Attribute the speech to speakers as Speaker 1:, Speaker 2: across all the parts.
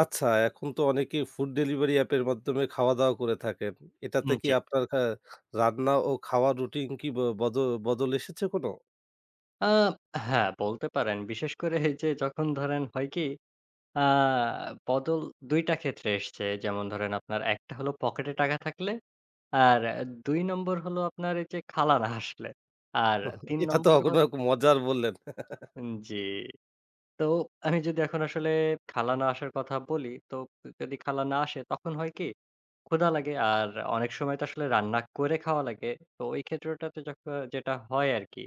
Speaker 1: আচ্ছা, এখন তো অনেকেই ফুড ডেলিভারি অ্যাপের মাধ্যমে খাওয়া-দাওয়া করে থাকেন। এটাতে কি
Speaker 2: জি।
Speaker 1: আপনার রান্না ও খাওয়ার রুটিন কি ব বদ বদল এসেছে কোনো?
Speaker 2: আ হ্যাঁ, বলতে পারেন। বিশেষ করে এই যে যখন ধরেন হয় কি, আ বদল ২ টা ক্ষেত্রে এসছে। যেমন ধরেন আপনার একটা হলো পকেটে টাকা থাকলে, আর ২ নম্বর হলো আপনার এই যে খালা না আসলে। আর ৩
Speaker 1: এটা তো
Speaker 2: নম্বর
Speaker 1: কোনো
Speaker 2: হল।
Speaker 1: রকম মজার বললেন।
Speaker 2: জি। তো আমি যদি এখন আসলে খালা না আসার কথা বলি, তো যদি খালা না আসে তখন হয় কি ক্ষুধা লাগে। আর অনেক সময় তো আসলে রান্না করে খাওয়া লাগে। তো ওই ক্ষেত্রটাতে যখন যেটা হয় আরকি।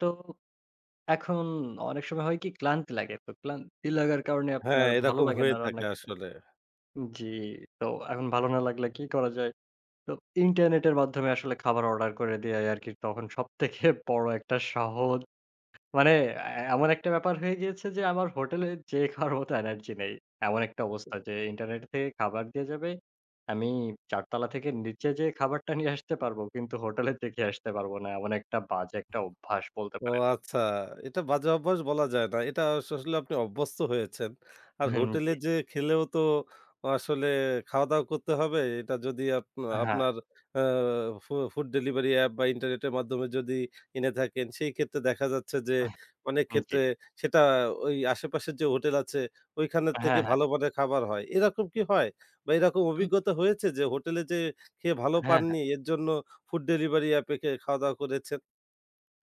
Speaker 2: তো এখন অনেক সময় হয় কি ক্লান্তি লাগে। তো ক্লান্তি লাগার কারণে
Speaker 1: হ্যাঁ,
Speaker 2: আপনার ভালো
Speaker 1: এরকম
Speaker 2: লাগে
Speaker 1: হয়ে
Speaker 2: না রান্না
Speaker 1: থাকে
Speaker 2: করতে।
Speaker 1: আসলে।
Speaker 2: জি, তো এখন ভালো না লাগলে কি করা যায়? তো ইন্টারনেটের মাধ্যমে আসলে খাবার অর্ডার করে দেয়াই আরকি তখন সবথেকে বড় একটা সহজ মানে এমন একটা ব্যাপার হয়ে গিয়েছে যে আমার হোটেলে যেয়ে খাওয়ার মতো এনার্জি নেই। এমন একটা অবস্থা যে ইন্টারনেট থেকে খাবার দিয়ে যাবে। আমি ৪ তলা থেকে নিচে যেয়ে খাবারটা নিয়ে আসতে পারবো। কিন্তু হোটেলে দেখে আসতে পারবো না। এমন একটা বাজে একটা অভ্যাস বলতে
Speaker 1: ও,
Speaker 2: পারেন।
Speaker 1: আচ্ছা। এটা বাজে অভ্যাস বলা যায় না। এটা আসলে আপনি অভ্যস্ত হয়েছেন। আর
Speaker 2: হুম,
Speaker 1: হোটেলে
Speaker 2: জি।
Speaker 1: যেয়ে খেলেও তো আসলে খাওয়া-দাওয়া করতে হবে। এটা যদি
Speaker 2: হ্যাঁ,
Speaker 1: আপনার আ ফুড ডেলিভারি অ্যাপ বা ইন্টারনেটের মাধ্যমে যদি এনে থাকেন, সেই ক্ষেত্রে দেখা যাচ্ছে যে অনেক
Speaker 2: জি।
Speaker 1: ক্ষেত্রে সেটা ওই আশেপাশের যে হোটেল আছে, ওইখানের থেকে
Speaker 2: হ্যাঁ, হ্যাঁ।
Speaker 1: ভালো মানের খাবার হয়। এরকম কি হয়? বা এরকম
Speaker 2: উম
Speaker 1: অভিজ্ঞতা হয়েছে যে হোটেলে যেয়ে খেয়ে ভালো
Speaker 2: হ্যাঁ,
Speaker 1: পাননি,
Speaker 2: হ্যাঁ।
Speaker 1: এর জন্য ফুড ডেলিভারি অ্যাপে খাওয়া-দাওয়া করেছেন?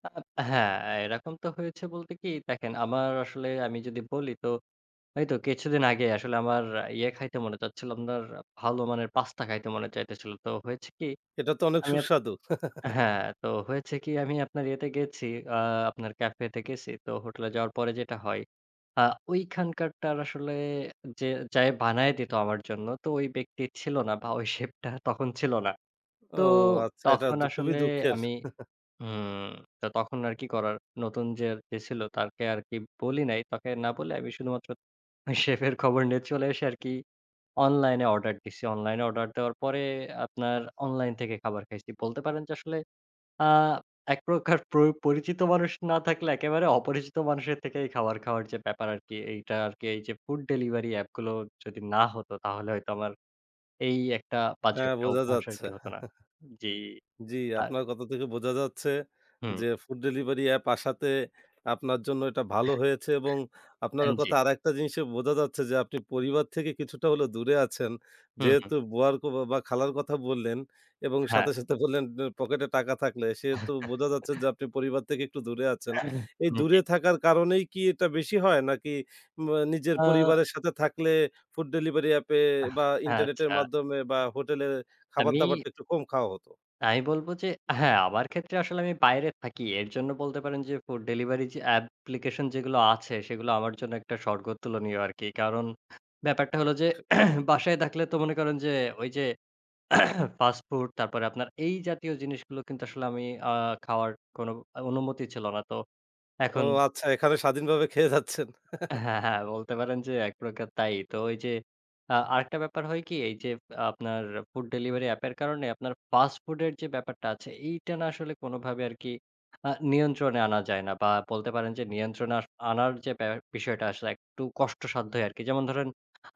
Speaker 2: হ্যাঁ, এরকম তো হয়েছে বলতে কি দেখেন আমার আসলে আমি যদি বলি তো এইতো কিছুদিন আগে আসলে আমার ইয়ে খাইতে মনে চাচ্ছিল আপনার ভালো মানের পাস্তা খাইতে মনে চাইতেছিল। তো হয়েছে কি
Speaker 1: এটা তো অনেক
Speaker 2: আমি আপ
Speaker 1: সুস্বাদু।
Speaker 2: হ্যাঁ, তো হয়েছে কি আমি আপনার ইয়েতে গেছি, আ আপনার ক্যাফেতে গেছি। তো হোটেলে যাওয়ার পরে যেটা হয়, আ ওইখানকারটার আসলে যে যায়ে বানায় দিত আমার জন্য তো ওই ব্যক্তি ছিল না বা ওই শেফটা তখন ছিল না।
Speaker 1: ও
Speaker 2: তো
Speaker 1: আচ্ছা, এটা
Speaker 2: তখন
Speaker 1: খুবই
Speaker 2: আসলে
Speaker 1: দুঃখের।
Speaker 2: আমি। হুম। তো তখন আর কি করার? নতুন যে ছিল তাকে আর কি বলি নাই। তাকে না বলে আমি শুধুমাত্র ওই শেফের খবর নিয়ে চলে এসে আর কি অনলাইনে অর্ডার দিছি। অনলাইনে অর্ডার দেওয়ার পরে আপনার অনলাইন থেকে খাবার খাইছি। বলতে পারেন যে, আসলে আ এক প্রকার পরিচিত মানুষ না থাকলে একেবারে অপরিচিত মানুষের থেকেই খাবার খাওয়ার যে, ব্যাপার আরকি এইটা আরকি এই যে, ফুড ডেলিভারি অ্যাপগুলো যদি না হতো তাহলে হয়তো আমার এই একটা বাজে
Speaker 1: হ্যাঁ,
Speaker 2: একটা
Speaker 1: বোঝা
Speaker 2: অভ্যাস
Speaker 1: যাচ্ছে।
Speaker 2: আরকি হতো না। জি,
Speaker 1: জি,
Speaker 2: আর
Speaker 1: আপনার কথা থেকে বোঝা যাচ্ছে
Speaker 2: হুম,
Speaker 1: যে ফুড ডেলিভারি অ্যাপ আসাতে আপনার জন্য এটা ভালো হয়েছে এবং আপনার
Speaker 2: জি।
Speaker 1: কথা আরেকটা জিনিসে বোঝা যাচ্ছে যে আপনি পরিবার থেকে কিছুটা হলেও দূরে আছেন।
Speaker 2: হুম, হুম।
Speaker 1: যেহেতু বুয়ার ক বা খালার কথা বললেন এবং
Speaker 2: হ্যাঁ।
Speaker 1: সাথে, সাথে বললেন পকেটে টাকা থাকলে সেহেতু বোঝা যাচ্ছে যে আপনি পরিবার থেকে একটু দূরে আছেন। এই দূরে
Speaker 2: জি।
Speaker 1: থাকার কারণেই কি এটা বেশি হয়? নাকি নিজের
Speaker 2: আ
Speaker 1: পরিবারের সাথে থাকলে ফুড ডেলিভারি অ্যাপে বা ইন্টারনেটের
Speaker 2: আচ্ছা।
Speaker 1: মাধ্যমে বা হোটেলে
Speaker 2: আমি
Speaker 1: খাবার-দাবারটা একটু কম খাওয়া হতো?
Speaker 2: আমি বলব যে হ্যাঁ, আমার ক্ষেত্রে আসলে আমি বাইরে থাকি। এর জন্য বলতে পারেন যে ফুড ডেলিভারি যে অ্যাপ্লিকেশন যেগুলো আছে সেগুলো আমার জন্য একটা স্বর্গ তুলনীয় আরকি। কারণ ব্যাপারটা হলো যে বাসায় থাকলে তো মনে করেন যে ওই যে ফাস্ট ফুড তারপরে আপনার এই জাতীয় জিনিসগুলো কিন্তু আসলে আমি আ খাওয়ার কোনো অনুমতি ছিল না। তো
Speaker 1: ও
Speaker 2: এখন
Speaker 1: আচ্ছা, এখানে স্বাধীনভাবে খেয়ে যাচ্ছেন।
Speaker 2: হ্যাঁ, হ্যাঁ, বলতে পারেন যে এক প্রকার তাই। তো ওই যে আরেকটা ব্যাপার হয় কি এই যে আপনার ফুড ডেলিভারি অ্যাপের কারণে আপনার ফাস্ট ফুডের যে ব্যাপারটা আছে এইটা না আসলে কোনোভাবে আরকি নিয়ন্ত্রণে আনা যায় না। বা বলতে পারেন যে নিয়ন্ত্রণে আনার যে বিষয়টা আসলে একটু কষ্টসাধ্যই আরকি। যেমন ধরেন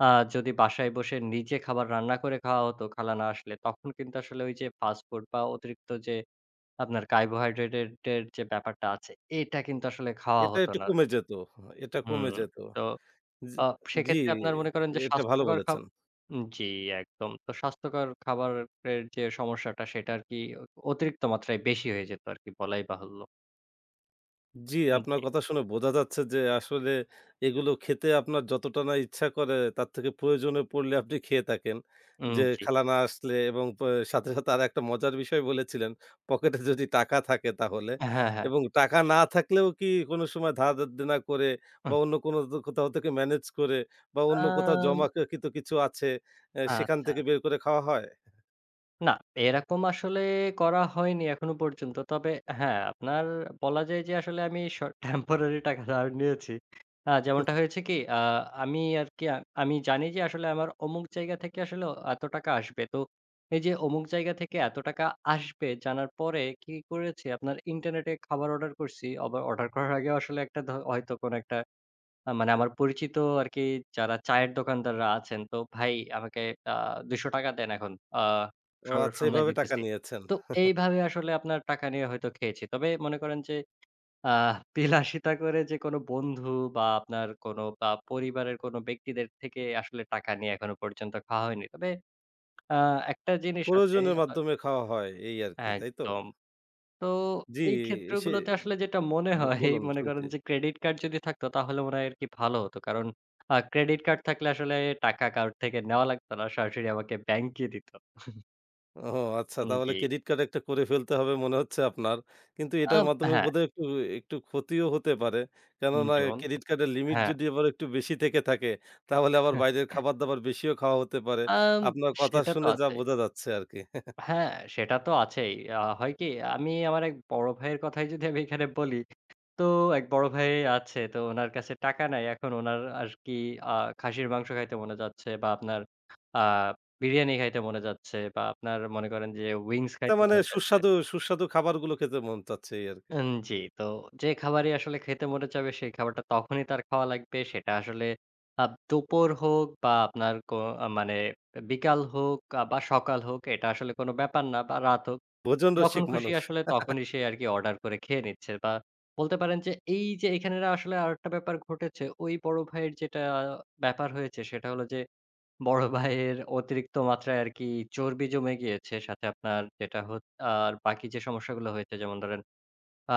Speaker 2: আ যদি বাসায় বসে নিজে খাবার রান্না করে খাওয়া হতো খালা না আসলে, তখন কিন্তু আসলে ওই যে ফাস্ট ফুড বা অতিরিক্ত যে আপনার কার্বোহাইড্রেটের এর যে ব্যাপারটা আছে এটা কিন্তু আসলে খাওয়া
Speaker 1: এটা
Speaker 2: হতো
Speaker 1: একটু
Speaker 2: না।
Speaker 1: কমে যেত। এটা
Speaker 2: হুম।
Speaker 1: কমে যেত।
Speaker 2: তো
Speaker 1: জি,
Speaker 2: আ
Speaker 1: জি,
Speaker 2: সেক্ষেত্রে আপনার মনে করেন যে
Speaker 1: এটা ভালো
Speaker 2: স্বাস্থ্যকর খাব।
Speaker 1: বলেছেন।
Speaker 2: জি, একদম। তো স্বাস্থ্যকর খাবারের যে সমস্যাটা সেটা আরকি অতিরিক্ত মাত্রায় বেশি হয়ে যেত আরকি বলাই বাহুল্য।
Speaker 1: জি, আপনার
Speaker 2: জি,
Speaker 1: কথা শুনে বোঝা যাচ্ছে যে আসলে এগুলো খেতে আপনার যতটা না ইচ্ছা করে তার থেকে প্রয়োজনে পড়লে আপনি খেয়ে থাকেন। যে
Speaker 2: জি।
Speaker 1: খালা না আসলে এবং সাথে, সাথে আরেকটা মজার বিষয় বলেছিলেন, পকেটে যদি টাকা থাকে তাহলে
Speaker 2: হ্যাঁ, হ্যাঁ।
Speaker 1: এবং টাকা না থাকলেও কি কোনো সময় ধার দেনা করে বা অন্য কোনো দ কোথাও থেকে ম্যানেজ করে বা অন্য কোথাও
Speaker 2: আম
Speaker 1: জমাকৃত কিছু আছে সেখান
Speaker 2: আচ্ছা।
Speaker 1: থেকে বের করে খাওয়া হয়?
Speaker 2: না, এরকম আসলে করা হয়নি এখনো পর্যন্ত। তবে হ্যাঁ, আপনার বলা যায় যে আসলে আমি টেম্পোরারি টাকা ধার নিয়েছি। যেমনটা হয়েছে কি আমি আরকি আমি জানি যে আসলে আমার অমুক জায়গা থেকে আসলে এত টাকা আসবে। তো এই যে অমুক জায়গা থেকে এত টাকা আসবে জানার পরে কি করেছি আপনার ইন্টারনেটে খাবার অর্ডার করছি। আবার অর্ডার করার আগেও আসলে একটা হয়তো কোনো একটা মানে আমার পরিচিত আরকি যারা চায়ের দোকানদাররা আছেন, তো ভাই আমাকে আ ৳২০০ দেন এখন। আ স
Speaker 1: ও আচ্ছা,
Speaker 2: সন্ধ্যায়
Speaker 1: এভাবে টাকা
Speaker 2: দিতেছি।
Speaker 1: নিয়েছেন।
Speaker 2: তো এইভাবে আসলে আপনার টাকা নিয়ে হয়তো খেয়েছি। তবে মনে করেন যে আ বিলাসিতা করে যে কোনো বন্ধু বা আপনার কোনো পরিবারের কোনো ব্যক্তিদের থেকে আসলে টাকা নিয়ে এখনো পর্যন্ত খাওয়া হয়নি। তবে আ একটা জিনিস আছে
Speaker 1: প্রয়োজনের
Speaker 2: আবার।
Speaker 1: মাধ্যমে খাওয়া হয় এই আরকি, তাই তো?
Speaker 2: একদম। তো
Speaker 1: জি,
Speaker 2: এই
Speaker 1: সে
Speaker 2: ক্ষেত্রগুলোতে আসলে যেটা মনে হয়
Speaker 1: বলুন
Speaker 2: মনে
Speaker 1: শুনছি।
Speaker 2: করেন যে ক্রেডিট কার্ড যদি থাকতো তাহলে মনে হয় আরকি ভালো হতো। কারণ ক্রেডিট কার্ড থাকলে আসলে টাকা কারোর থেকে নেওয়া লাগতো না। সরাসরি আমাকে ব্যাংকে দিত।
Speaker 1: ও আচ্ছা, তাহলে
Speaker 2: জি।
Speaker 1: ক্রেডিট কার্ড একটা করে ফেলতে হবে মনে হচ্ছে আপনার। কিন্তু এটার
Speaker 2: আম
Speaker 1: মাধ্যমে
Speaker 2: হ্যাঁ,
Speaker 1: বোধহয় একটু একটু ক্ষতিও হতে পারে। কেননা
Speaker 2: যেমন
Speaker 1: ক্রেডিট কার্ডের লিমিট
Speaker 2: হ্যাঁ।
Speaker 1: যদি আবার একটু বেশি থেকে থাকে, তাহলে আবার বাইরের খাবার-দাবার বেশিও খাওয়া হতে পারে।
Speaker 2: আম
Speaker 1: আপনার কথা
Speaker 2: সেটা তো
Speaker 1: শুনে যা
Speaker 2: আছে।
Speaker 1: বোঝা যাচ্ছে আরকি।
Speaker 2: হ্যাঁ, সেটা তো আছেই। হয় কি আমি আমার এক বড় ভাইয়ের কথাই যদি আমি এখানে বলি, তো এক বড় ভাই আছে। তো উনার কাছে টাকা নাই। এখন উনার আরকি আ খাসির মাংস খাইতে মনে যাচ্ছে বা আপনার আ বিরিয়ানি খাইতে মনে যাচ্ছে বা আপনার মনে করেন যে উইংস
Speaker 1: তার
Speaker 2: খাইতে
Speaker 1: মানে
Speaker 2: মনে যাচ্ছে।
Speaker 1: সুস্বাদু সুস্বাদু খাবারগুলো খেতে মন চাচ্ছে এই আরকি।
Speaker 2: জি, তো যে খাবারই আসলে খেতে মনে চাবে সেই খাবারটা তখনই তার খাওয়া লাগবে। সেটা আসলে আ দুপুর হোক বা আপনার মানে বিকাল হোক বা সকাল হোক এটা আসলে কোনো ব্যাপার না বা রাত হোক।
Speaker 1: ভোজন
Speaker 2: যখন
Speaker 1: রসিক
Speaker 2: খুশি
Speaker 1: মানুষ।
Speaker 2: আসলে তখনই সে আরকি অর্ডার করে খেয়ে নিচ্ছে বা বলতে পারেন যে এই যে এখানে না আসলে আরেকটা ব্যাপার ঘটেছে। ওই বড় ভাইয়ের যেটা ব্যাপার হয়েছে সেটা হলো যে বড় ভাইয়ের অতিরিক্ত মাত্রায় আরকি চর্বি জমে গিয়েছে। সাথে আপনার যেটা আর বাকি যে সমস্যাগুলো হয়েছে যেমন ধরেন আ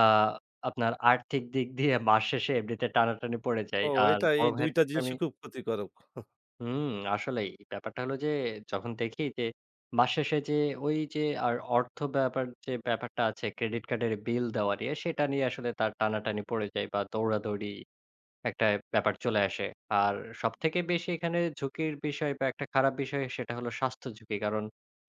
Speaker 2: আপনার আর্থিক দিক দিয়ে মাস শেষে এমনিতে টানাটানি পড়ে
Speaker 1: ও,
Speaker 2: যায়। আর
Speaker 1: এটা এই
Speaker 2: বড়
Speaker 1: ২
Speaker 2: ভাইয়ের
Speaker 1: টা
Speaker 2: ক্ষেত্রে আমি।
Speaker 1: জিনিসই খুব ক্ষতিকারক।
Speaker 2: হুম, আসলেই। ব্যাপারটা হলো যে যখন দেখি যে মাস শেষে যে ওই যে আর অর্থ ব্যাপার যে ব্যাপারটা আছে ক্রেডিট কার্ডের বিল দেওয়া নিয়ে সেটা নিয়ে আসলে তার টানাটানি পড়ে যায় বা দৌড়াদৌড়ি একটা ব্যাপার চলে আসে। আর সবথেকে বেশি এখানে ঝুঁকির বিষয় বা একটা খারাপ বিষয় সেটা হলো স্বাস্থ্য ঝুঁকি। কারণ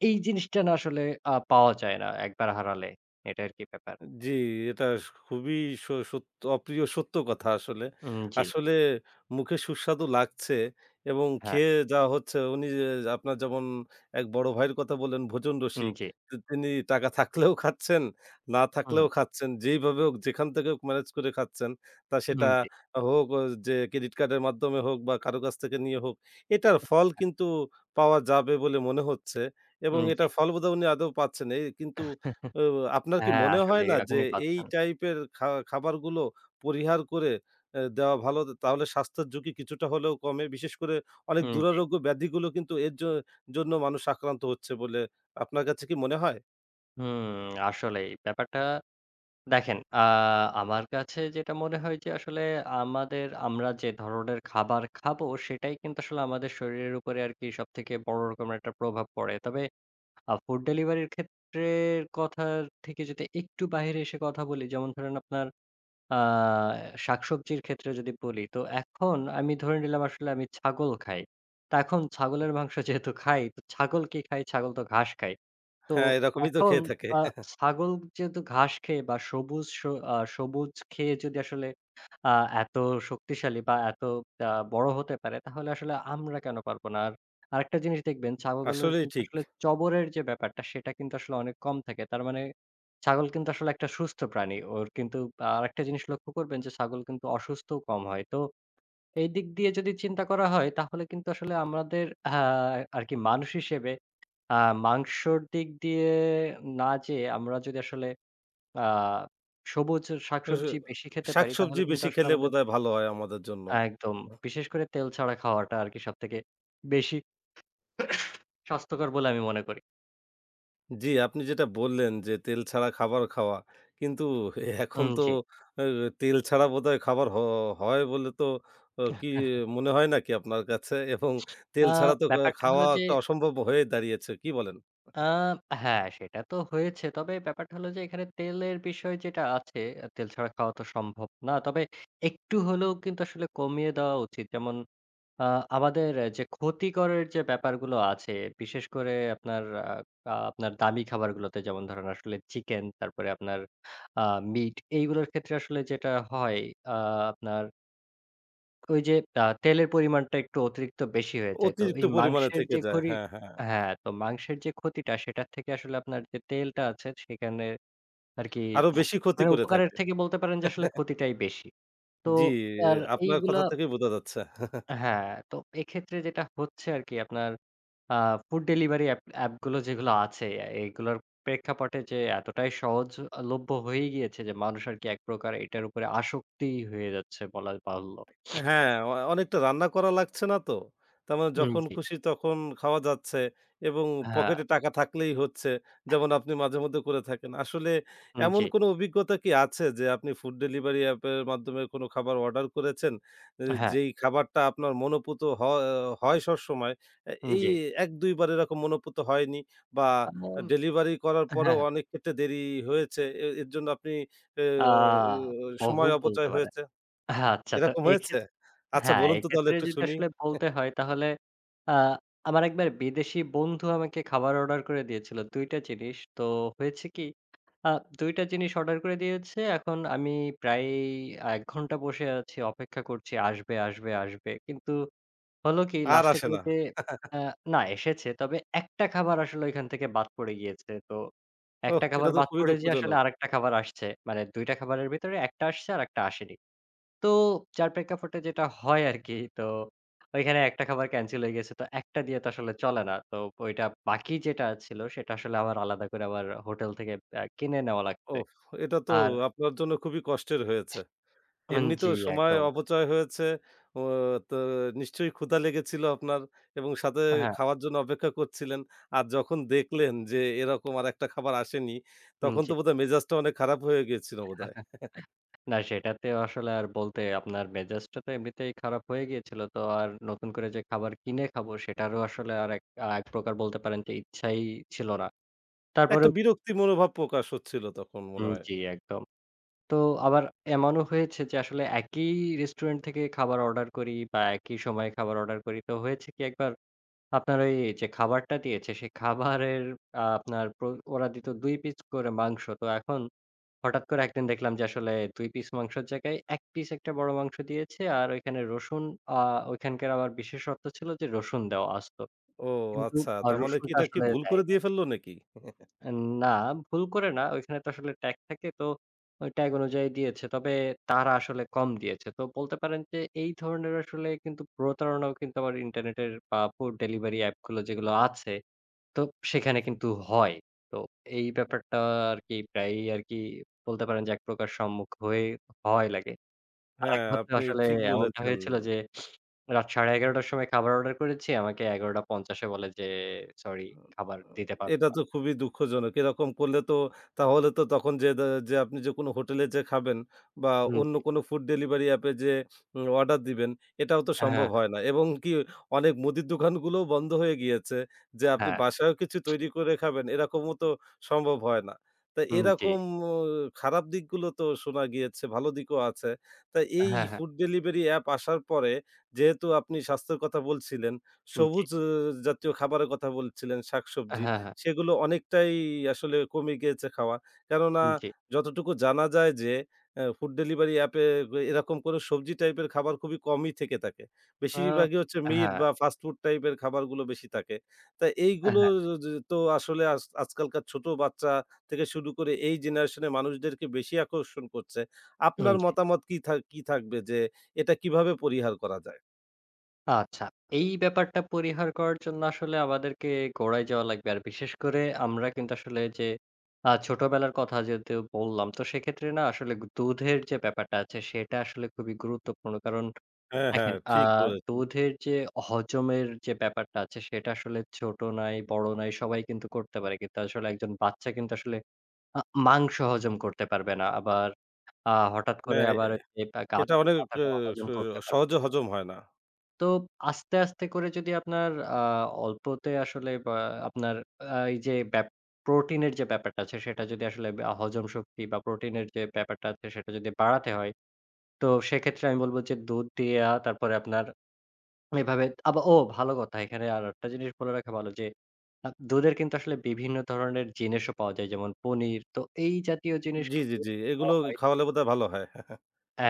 Speaker 2: এই জিনিসটা না আসলে পাওয়া যায় না একবার হারালে। এটা আরকি ব্যাপার।
Speaker 1: জি, এটা খুবই সত্য, অপ্রিয় সত্য কথা আসলে।
Speaker 2: জি।
Speaker 1: আসলে মুখে সুস্বাদু লাগছে এবং
Speaker 2: হ্যাঁ,
Speaker 1: খেয়ে যা হচ্ছে উনি যে আপনার যেমন এক বড় ভাইয়ের কথা বললেন ভোজন রসিক।
Speaker 2: জি।
Speaker 1: তো তিনি টাকা থাকলেও খাচ্ছেন, না
Speaker 2: হুম,
Speaker 1: থাকলেও খাচ্ছেন। যেইভাবে হোক যেখান থেকে হোক ম্যানেজ করে খাচ্ছেন। তা
Speaker 2: হুম,
Speaker 1: সেটা
Speaker 2: জি।
Speaker 1: হোক ও যে ক্রেডিট কার্ডের মাধ্যমে হোক বা কারো কাছ থেকে নিয়ে হোক, এটার ফল কিন্তু পাওয়া যাবে বলে মনে হচ্ছে এবং
Speaker 2: জি।
Speaker 1: এটার ফল বোধহয় উনি আদৌ পাচ্ছেন। এই কিন্তু ও, আপনার কি
Speaker 2: হ্যাঁ,
Speaker 1: মনে হয়
Speaker 2: আসলেই
Speaker 1: না যে
Speaker 2: এখনই
Speaker 1: এই
Speaker 2: পাচ্ছেন।
Speaker 1: টাইপের খাবারগুলো পরিহার করে দেওয়া ভালো? তাহলে স্বাস্থ্যের ঝুঁকি কিছুটা হলেও কমে। বিশেষ করে অনেক
Speaker 2: জি।
Speaker 1: দুরারোগ্য ব্যাধিগুলো কিন্তু এর জন্য মানুষ আক্রান্ত হচ্ছে বলে আপনার কাছে কি মনে হয়?
Speaker 2: হুম, আসলেই। ব্যাপারটা দেখেন, আমার কাছে যেটা মনে হয় যে আসলে আমাদের আমরা যে ধরনের খাবার খাবো, সেটাই কিন্তু আসলে আমাদের শরীরের উপরে আরকি সবথেকে বড় রকমের একটা প্রভাব পড়ে। তবে ফুড ডেলিভারির ক্ষেত্রের কথার থেকে যদি একটু বাহিরে এসে কথা বলি, যেমন ধরেন আপনার আ শাকসবজির ক্ষেত্রে যদি বলি, তো এখন আমি ধরে নিলাম আসলে আমি ছাগল খাই। তো এখন ছাগলের মাংস যেহেতু খাই, তো ছাগল কি খাই? ছাগল তো ঘাস খায়। তো
Speaker 1: হ্যাঁ, এরকমই তো
Speaker 2: এখন
Speaker 1: খেয়ে থাকে।
Speaker 2: আ ছাগল যেহেতু ঘাস খেয়ে বা সবুজ খেয়ে যদি আসলে আ এত শক্তিশালী বা এত বড় হতে পারে তাহলে আসলে আমরা কেন পারব না? আর আরেকটা জিনিস দেখবেন ছাগলের
Speaker 1: আসলেই
Speaker 2: কিন্তু
Speaker 1: ঠিক।
Speaker 2: আসলে চবরের যে ব্যাপারটা সেটা কিন্তু আসলে অনেক কম থাকে। তার মানে ছাগল কিন্তু আসলে একটা সুস্থ প্রাণী। ওর কিন্তু আরেকটা জিনিস লক্ষ্য করবেন যে ছাগল কিন্তু অসুস্থও কম হয়। তো এই দিক দিয়ে যদি চিন্তা করা হয় তাহলে কিন্তু আসলে আমাদের আরকি মানুষ হিসেবে আ মাংসর দিক দিয়ে না যেয়ে আমরা যদি আসলে আ সবুজ
Speaker 1: স
Speaker 2: শাকসবজি বেশি খেতে পারি
Speaker 1: শাকসবজি
Speaker 2: তাহলে কিন্তু
Speaker 1: বেশি
Speaker 2: আসলে
Speaker 1: খেলে
Speaker 2: আমাদের।
Speaker 1: বোধহয় ভালো হয় আমাদের জন্য।
Speaker 2: একদম। বিশেষ করে তেল ছাড়া খাওয়াটা আরকি সবথেকে বেশি স্বাস্থ্যকর বলে আমি মনে করি।
Speaker 1: জি, আপনি যেটা বললেন যে তেল ছাড়া খাবার খাওয়া। কিন্তু এখন
Speaker 2: হুম,
Speaker 1: তো
Speaker 2: জি।
Speaker 1: আ তেল ছাড়া বোধহয় খাবার হ হয় বলে তো কি মনে হয় নাকি আপনার কাছে? এবং
Speaker 2: আ
Speaker 1: তেল ছাড়া তো
Speaker 2: ব্যাপারটা
Speaker 1: খাওয়া
Speaker 2: হলো যে
Speaker 1: একটা অসম্ভব হয়ে দাঁড়িয়েছে। কি বলেন?
Speaker 2: আ হ্যাঁ, সেটা তো হয়েছে। তবে ব্যাপারটা হলো যে এখানে তেলের বিষয় যেটা আছে, তেল ছাড়া খাওয়া তো সম্ভব না। তবে একটু হলেও কিন্তু আসলে কমিয়ে দেওয়া উচিত। যেমন আ আমাদের যে ক্ষতিকরের যে ব্যাপারগুলো আছে, বিশেষ করে আপনার আ আ আপনার দামি খাবারগুলোতে যেমন ধরেন আসলে চিকেন, তারপরে আপনার আ মিট এইগুলোর ক্ষেত্রে আসলে যেটা হয় আ আপনার ওই যে তেলের পরিমাণটা একটু অতিরিক্ত বেশি হয়ে যায়। তো
Speaker 1: অতিরিক্ত
Speaker 2: এই
Speaker 1: পরিমাণে
Speaker 2: মাংসের
Speaker 1: থেকে
Speaker 2: যে
Speaker 1: যায়। হ্যাঁ, হ্যাঁ।
Speaker 2: হ্যাঁ, তো মাংসের যে ক্ষতিটা সেটার থেকে আসলে আপনার যে তেলটা আছে সেখানে আরকি
Speaker 1: আরো বেশি ক্ষতি
Speaker 2: মানে
Speaker 1: করে
Speaker 2: উপকারের
Speaker 1: থাকে।
Speaker 2: থেকে বলতে পারেন যে আসলে ক্ষতিটাই বেশি। তো
Speaker 1: জি,
Speaker 2: আর
Speaker 1: আপনার
Speaker 2: এইগুলা
Speaker 1: কথা থেকেই বোঝা যাচ্ছে।
Speaker 2: হ্যাঁ, তো এক্ষেত্রে যেটা হচ্ছে আরকি আপনার আ ফুড ডেলিভারি অ্যাপগুলো যেগুলো আছে এগুলোর প্রেক্ষাপটে যে এতটাই সহজলভ্য হয়ে গিয়েছে যে মানুষ আরকি এক প্রকার এটার উপরে আসক্তি হয়ে যাচ্ছে বলা বাহুল্য।
Speaker 1: হ্যাঁ, অনেকটা রান্না করা লাগছে না তো। তার মানে যখন
Speaker 2: জি।
Speaker 1: খুশি তখন খাওয়া যাচ্ছে এবং
Speaker 2: হ্যাঁ,
Speaker 1: পকেটে টাকা থাকলেই হচ্ছে। যেমন আপনি মাঝেমধ্যে করে থাকেন। আসলে এমন
Speaker 2: জি।
Speaker 1: কোনো অভিজ্ঞতা কি আছে যে আপনি ফুড ডেলিভারি অ্যাপের মাধ্যমে কোনো খাবার অর্ডার করেছেন? এ
Speaker 2: হ্যাঁ,
Speaker 1: যেই খাবারটা আপনার মনোপুত হ হয় সবসময়, এই
Speaker 2: জি।
Speaker 1: ১-২ বার এরকম মনোপুত হয়নি বা
Speaker 2: আম
Speaker 1: ডেলিভারি করার পরেও
Speaker 2: হ্যাঁ,
Speaker 1: অনেক ক্ষেত্রে দেরি হয়েছে। এর জন্য আপনি এ
Speaker 2: আ
Speaker 1: অ এ
Speaker 2: বহু
Speaker 1: সময়
Speaker 2: বলতে
Speaker 1: অপচয়
Speaker 2: পারেন।
Speaker 1: হয়েছে?
Speaker 2: আচ্ছা তো
Speaker 1: এরকম হয়েছে? আচ্ছা,
Speaker 2: হ্যাঁ,
Speaker 1: বলুন তো তাহলে
Speaker 2: এক্ষেত্রে
Speaker 1: একটু
Speaker 2: যদি
Speaker 1: শুনি।
Speaker 2: আসলে বলতে হয় তাহলে আ আমার একবার বিদেশি বন্ধু আমাকে খাবার অর্ডার করে দিয়েছিল ২ টা জিনিস। তো হয়েছে কি আ ২ টা জিনিস অর্ডার করে দিয়েছে। এখন আমি প্রায় ১ ঘন্টা বসে আছি অপেক্ষা করছি আসবে, আসবে, আসবে। কিন্তু হলো কি
Speaker 1: আর
Speaker 2: লাস্টে
Speaker 1: আসে
Speaker 2: করে
Speaker 1: না।
Speaker 2: যে আ না এসেছে। তবে একটা খাবার আসলে ঐখান থেকে বাদ পড়ে গিয়েছে। তো
Speaker 1: ওহ!
Speaker 2: একটা
Speaker 1: এটা
Speaker 2: খাবার
Speaker 1: তো
Speaker 2: বাদ
Speaker 1: খুবই
Speaker 2: পড়ে যেয়ে আসলে
Speaker 1: দুঃখজনক।
Speaker 2: আরেকটা খাবার আসছে। মানে ২ টা খাবারের ভিতরে একটা আসছে আরেকটা আসেনি। তো যার প্রেক্ষাপটে যেটা হয় আরকি তো ঐখানে একটা খাবার ক্যানসেল হয়ে গেছে। তো একটা দিয়ে তো আসলে চলে না। তো ওইটা বাকি যেটা ছিল সেটা আসলে আবার আলাদা করে আবার হোটেল থেকে কিনে নেওয়া লাগছে।
Speaker 1: ওহ! এটা তো
Speaker 2: আর
Speaker 1: আপনার জন্য খুবই কষ্টের হয়েছে।
Speaker 2: জি,
Speaker 1: এমনিতেও সময়
Speaker 2: একদম।
Speaker 1: অপচয় হয়েছে। ও, তো নিশ্চয়ই ক্ষুধা লেগেছিল আপনার এবং সাথে
Speaker 2: হ্যাঁ,
Speaker 1: খাওয়ার জন্য অপেক্ষা করছিলেন। আর যখন দেখলেন যে এরকম আরেকটা খাবার আসেনি, তখন
Speaker 2: জি।
Speaker 1: তো বোধহয় মেজাজটা অনেক খারাপ হয়ে গিয়েছিল বোধহয়।
Speaker 2: না সেটাতে আসলে আর বলতে আপনার মেজাজটা তো এমনিতেই খারাপ হয়ে গিয়েছিল। তো আর নতুন করে যে খাবার কিনে খাবো সেটারও আসলে আর এক প্রকার বলতে পারেন যে ইচ্ছাই ছিল না।
Speaker 1: একটা
Speaker 2: তারপরেও কি-।
Speaker 1: বিরক্তি মনোভাব প্রকাশ হচ্ছিল তখন মনে
Speaker 2: হুম,
Speaker 1: হয়।
Speaker 2: জি একদম। তো আবার এমনও হয়েছে যে আসলে একই রেস্টুরেন্ট থেকে খাবার অর্ডার করি বা একই সময়ে খাবার অর্ডার করি। তো হয়েছে কি একবার আপনার ওই যে খাবারটা দিয়েছে সেই খাবারের আপনার ওরা দিত ২ পিস করে মাংস। তো এখন হঠাৎ করে একদিন দেখলাম যে আসলে ২ পিস মাংসের জায়গায় ১ পিস একটা বড় মাংস দিয়েছে। আর ওইখানে রসুন আ ওইখানকার আবার বিশেষত্ব ছিল যে রসুন দেওয়া আসত।
Speaker 1: ও
Speaker 2: কিন্তু
Speaker 1: আচ্ছা। তার মানে কি
Speaker 2: রসুনটা
Speaker 1: এটা কি
Speaker 2: আসলে
Speaker 1: ভুল
Speaker 2: দেয়
Speaker 1: করে দিয়ে ফেলল নাকি?
Speaker 2: না, ভুল করে না। ওইখানে তো আসলে ট্যাগ থাকে। তো ওই ট্যাগ অনুযায়ী দিয়েছে। তবে তারা আসলে কম দিয়েছে। তো বলতে পারেন যে এই ধরনের আসলে কিন্তু প্রতারণাও কিন্তু আবার ইন্টারনেটের বা ফুড ডেলিভারি অ্যাপগুলো যেগুলো আছে তো সেখানে কিন্তু হয়। তো এই ব্যাপারটা আরকি প্রায়ই আরকি বলতে পারেন যে এক প্রকার সম্মুখ হয়ে হয় লাগে।
Speaker 1: হ্যাঁ,
Speaker 2: আরেকবার তো
Speaker 1: আপনি
Speaker 2: আসলে
Speaker 1: ঠিক
Speaker 2: এমনটা
Speaker 1: বলেছেন।
Speaker 2: হয়েছিল যে রাত 11:30 র সময় খাবার অর্ডার করেছি। আমাকে 11:50 এ বলে যে সরি খাবার দিতে পারব
Speaker 1: এটা
Speaker 2: না।
Speaker 1: তো খুবই দুঃখজনক। এরকম করলে তো তাহলে তো তখন যে যে আপনি যে কোনো হোটেলে যেয়ে খাবেন বা অন্য
Speaker 2: জি।
Speaker 1: কোনো ফুড ডেলিভারি অ্যাপে যে অর্ডার দিবেন, এটাও তো সম্ভব
Speaker 2: হ্যাঁ,
Speaker 1: হয় না। এবং কি অনেক মুদির দোকানগুলোও বন্ধ হয়ে গিয়েছে। যে আপনি
Speaker 2: হ্যাঁ,
Speaker 1: বাসায়ও কিছু তৈরি করে খাবেন, এরকমও তো সম্ভব হয় না। তা
Speaker 2: জি।
Speaker 1: এরকম ও খারাপ দিকগুলো তো শোনা গিয়েছে, ভালো দিকও আছে। তা এই
Speaker 2: হ্যাঁ, হ্যাঁ,
Speaker 1: ফুড ডেলিভারি অ্যাপ আসার পরে যেহেতু আপনি স্বাস্থ্যের কথা বলছিলেন,
Speaker 2: জি।
Speaker 1: সবুজ জাতীয় খাবারের কথা বলছিলেন,
Speaker 2: হ্যাঁ,
Speaker 1: শাকসবজি।
Speaker 2: হ্যাঁ,
Speaker 1: সেগুলো অনেকটাই আসলে কমে গিয়েছে খাওয়া। কেননা
Speaker 2: জি।
Speaker 1: যতটুকু জানা যায় যে, ফুড ডেলিভারি অ্যাপে এরকম কোনো সবজি টাইপের খাবার খুবই কমই থেকে থাকে।
Speaker 2: আ
Speaker 1: বেশিরভাগই হচ্ছে মিট
Speaker 2: হ্যাঁ,
Speaker 1: বা ফাস্ট ফুড টাইপের খাবারগুলো বেশি থাকে। তা এইগুলো
Speaker 2: হ্যাঁ,
Speaker 1: য য- তো আসলে আজকালকার ছোট বাচ্চা থেকে শুরু করে এই জেনারেশন এর মানুষদেরকে বেশি আকর্ষণ করছে। আপনার
Speaker 2: জি।
Speaker 1: মতামত কি কি থাকবে যে, এটা কিভাবে পরিহার করা যায়?
Speaker 2: আচ্ছা। এই ব্যাপারটা পরিহার করার জন্য আসলে আমাদেরকে গোড়ায় যাওয়া লাগবে। আর বিশেষ করে আমরা কিন্তু আসলে যে ছোটবেলার কথা যেহেতু বললাম, তো সেক্ষেত্রে না আসলে দুধের যে ব্যাপারটা আছে সেটা আসলে খুবই গুরুত্বপূর্ণ। কারণ
Speaker 1: হ্যাঁ, হ্যাঁ।
Speaker 2: দেখেন
Speaker 1: ঠিক বলেছেন।
Speaker 2: দুধের যে হজমের যে ব্যাপারটা আছে সেটা আসলে ছোট নাই, বড় নাই সবাই কিন্তু করতে পারে। কিন্তু আসলে একজন বাচ্চা কিন্তু আসলে আ মাংস হজম করতে পারবে না। আবার হঠাৎ করে
Speaker 1: হ্যাঁ,
Speaker 2: আবার ওই যে
Speaker 1: এটা
Speaker 2: গাছের
Speaker 1: অনেক এ
Speaker 2: পাতাটাও
Speaker 1: স
Speaker 2: হজম করতে পারবে না।
Speaker 1: সহজে হজম হয় না।
Speaker 2: তো আস্তে, আস্তে করে যদি আপনার অল্পতে আসলে বা আপনার এই যে প্রোটিনের যে ব্যাপারটা আছে সেটা যদি আসলে হজম শক্তি বা প্রোটিনের যে ব্যাপারটা আছে সেটা যদি বাড়াতে হয়, তো সেক্ষেত্রে আমি বলব যে দুধ দেয়া তারপরে আপনার এভাবে ও ভালো কথা এখানে আরেকটা জিনিস বলে রাখা ভালো যে দুধের কিন্তু আসলে বিভিন্ন ধরনের জিনিসও পাওয়া যায় যেমন পনির। তো এই জাতীয় জিনিস কিন্তু
Speaker 1: জি। এগুলো
Speaker 2: খাওয়া হয়।
Speaker 1: খাওয়ালে বোধহয় ভালো হয়।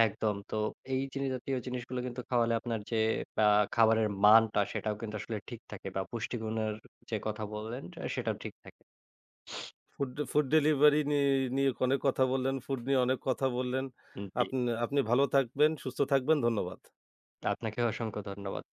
Speaker 2: একদম। তো এই জাতীয় জিনিসগুলো কিন্তু খাওয়ালে আপনার যে আ খাবারের মানটা সেটাও কিন্তু আসলে ঠিক থাকে বা পুষ্টিগুণের যে কথা বললেন, সেটাও ঠিক থাকে।
Speaker 1: ফুড ফুড ডেলিভারি নিয়ে অনেক কথা বললেন, ফুড নিয়ে অনেক কথা বললেন।
Speaker 2: হুম, জি।
Speaker 1: আপনি আপনি ভালো থাকবেন, সুস্থ থাকবেন। ধন্যবাদ।
Speaker 2: আপনাকেও অসংখ্য ধন্যবাদ।